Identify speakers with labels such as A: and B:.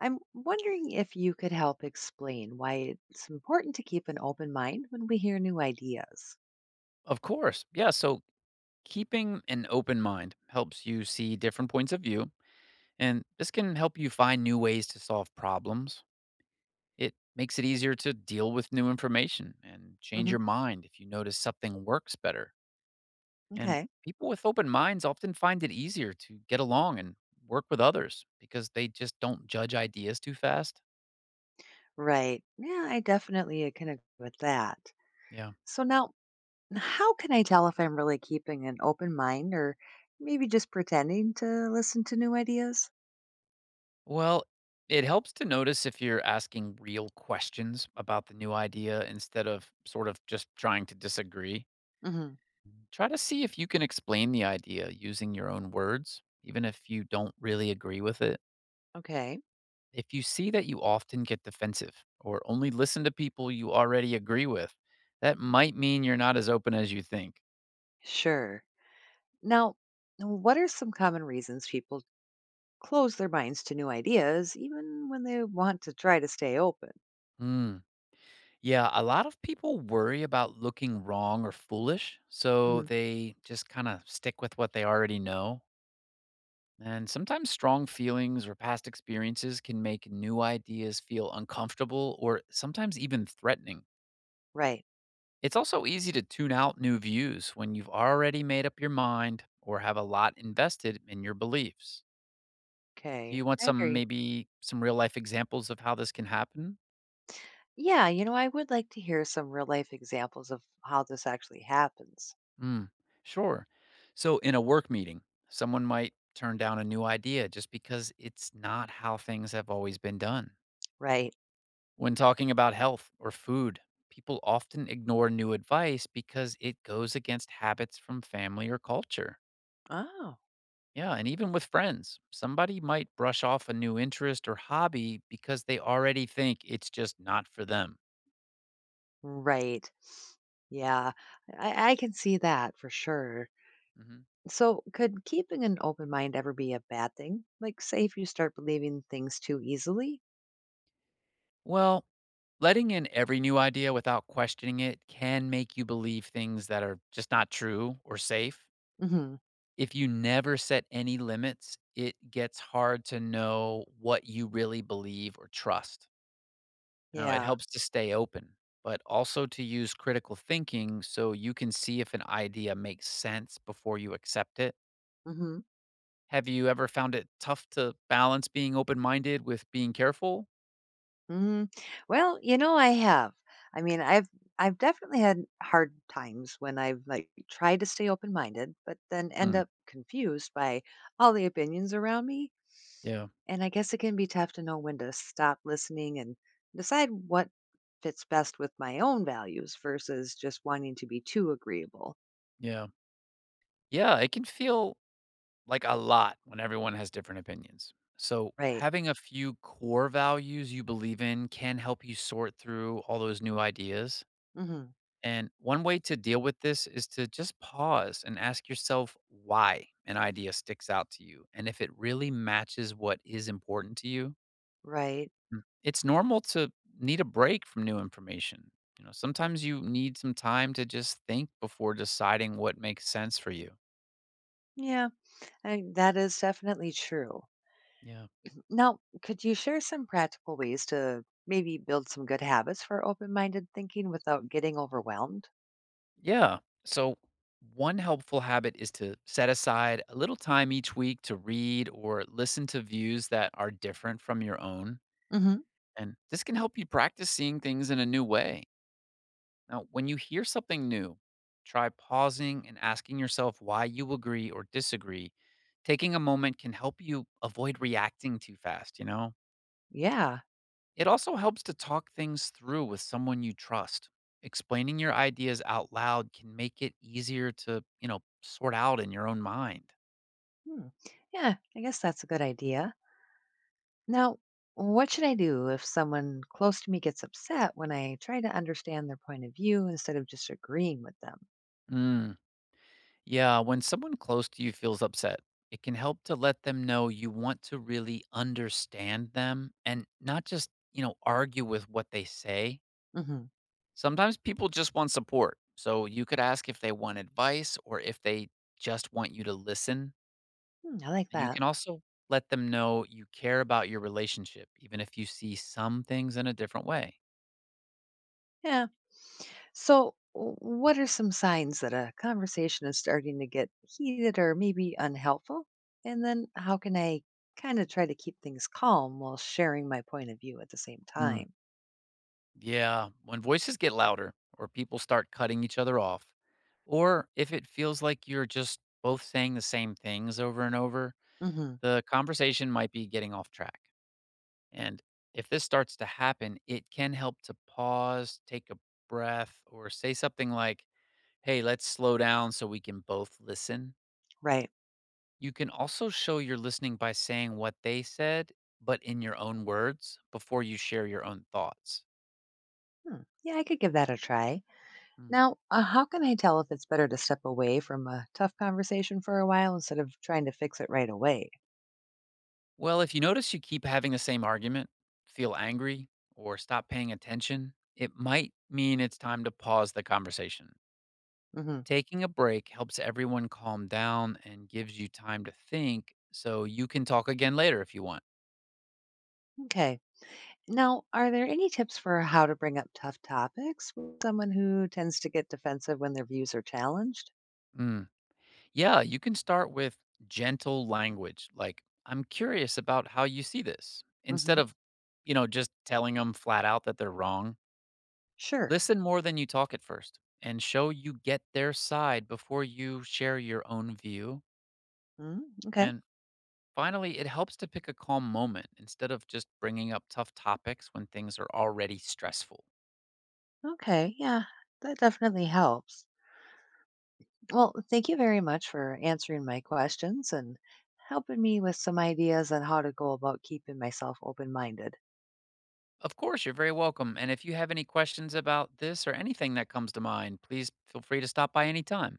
A: I'm wondering if you could help explain why it's important to keep an open mind when we hear new ideas.
B: Of course. Yeah. So keeping an open mind helps you see different points of view, and this can help you find new ways to solve problems. It makes it easier to deal with new information and change your
A: Hmm.
B: mind if you notice something works better. And
A: Okay.
B: people with open minds often find it easier to get along and work with others because they just don't judge ideas too fast.
A: Right. Yeah, I definitely can agree with that.
B: Yeah.
A: So now, how can I tell if I'm really keeping an open mind or maybe just pretending to listen to new ideas?
B: Well, it helps to notice if you're asking real questions about the new idea instead of sort of just trying to disagree.
A: Hmm.
B: Try to see if you can explain the idea using your own words, even if you don't really agree with it.
A: Okay.
B: If you see that you often get defensive or only listen to people you already agree with, that might mean you're not as open as you think.
A: Sure. Now, what are some common reasons people close their minds to new ideas even when they want to try to stay open?
B: Hmm. Yeah, a lot of people worry about looking wrong or foolish, so
A: Hmm.
B: they just kind of stick with what they already know. And sometimes strong feelings or past experiences can make new ideas feel uncomfortable or sometimes even threatening.
A: Right.
B: It's also easy to tune out new views when you've already made up your mind or have a lot invested in your beliefs. Do you
A: Okay,
B: want
A: I
B: some,
A: agree.
B: maybe some real life examples of how this can happen?
A: Yeah, I would like to hear some real life examples of how this actually happens.
B: Hmm, sure. So, in a work meeting, someone might turn down a new idea just because it's not how things have always been done.
A: Right.
B: When talking about health or food, people often ignore new advice because it goes against habits from family or culture.
A: Oh,
B: Yeah, and even with friends, somebody might brush off a new interest or hobby because they already think it's just not for them.
A: right. Yeah, I can see that for sure.
B: Mhm.
A: So, could keeping an open mind ever be a bad thing? Like, say, if you start believing things too easily?
B: Well, letting in every new idea without questioning it can make you believe things that are just not true or safe.
A: Hmm.
B: If you never set any limits, it gets hard to know what you really believe or trust. You know, it
A: Yeah.
B: helps to stay open, but also to use critical thinking so you can see if an idea makes sense before you accept it.
A: Hmm.
B: Have you ever found it tough to balance being open minded with being careful?
A: Hmm. Well, I have. I mean, I've definitely had hard times when I've like tried to stay open minded, but then end
B: Mm,
A: up confused by all the opinions around me.
B: yeah,
A: And I guess it can be tough to know when to stop listening and decide what fits best with my own values versus just wanting to be too agreeable.
B: yeah. Yeah, it can feel like a lot when everyone has different opinions. So,
A: Right.
B: having a few core values you believe in can help you sort through all those new ideas.
A: Hmm.
B: And one way to deal with this is to just pause and ask yourself why an idea sticks out to you and if it really matches what is important to you.
A: Right.
B: Mm. It's normal to need a break from new information. You know, sometimes you need some time to just think before deciding what makes sense for you.
A: Yeah, that is definitely true.
B: Yeah.
A: Now, could you share some practical ways to maybe build some good habits for open minded thinking without getting overwhelmed?
B: Yeah. So, one helpful habit is to set aside a little time each week to read or listen to views that are different from your own.
A: Hmm.
B: And this can help you practice seeing things in a new way. Now, when you hear something new, try pausing and asking yourself why you agree or disagree. Taking a moment can help you avoid reacting too fast,
A: Yeah.
B: It also helps to talk things through with someone you trust. Explaining your ideas out loud can make it easier to sort out in your own mind.
A: Hmm, yeah, I guess that's a good idea. Now, what should I do if someone close to me gets upset when I try to understand their point of view instead of just agreeing with them?
B: Mm. Yeah, when someone close to you feels upset, it can help to let them know you want to really understand them and not just, argue with what they say.
A: Mm-hmm.
B: Sometimes people just want support. So you could ask if they want advice or if they just want you to listen,
A: I like
B: and you
A: that.
B: can also let them know you care about your relationship, even if you see some things in a different way.
A: Yeah. So, what are some signs that a conversation is starting to get heated or maybe unhelpful? And then, how can I kind of try to keep things calm while sharing my point of view at the same
B: Mm,
A: time?
B: yeah. When voices get louder or people start cutting each other off, or if it feels like you're just both saying the same things over and over,
A: Hmm.
B: the conversation might be getting off track. And if this starts to happen, it can help to pause, take a breath, or say something like, "Hey, let's slow down so we can both listen."
A: Right.
B: You can also show you're listening by saying what they said, but in your own words before you share your own thoughts.
A: Hmm, yeah, I could give that a try.
B: Hmm.
A: Now, how can I tell if it's better to step away from a tough conversation for a while instead of trying to fix it right away?
B: Well, if you notice you keep having the same argument, feel angry, or stop paying attention, it might mean it's time to pause the conversation.
A: Hmm.
B: Taking a break helps everyone calm down and gives you time to think so you can talk again later if you want.
A: Okay. Now, are there any tips for how to bring up tough topics with someone who tends to get defensive when their views are challenged?
B: Mm. Yeah, you can start with gentle language, like, "I'm curious about how you see this," instead
A: Hmm.
B: of, just telling them flat out that they're wrong.
A: Sure.
B: Listen more than you talk at first and show you get their side before you share your own view.
A: Mm. Okay.
B: And finally, it helps to pick a calm moment instead of just bringing up tough topics when things are already stressful.
A: Okay, yeah, that definitely helps. Well, thank you very much for answering my questions and helping me with some ideas on how to go about keeping myself open minded.
B: Of course, you're very welcome. And if you have any questions about this or anything that comes to mind, please feel free to stop by anytime.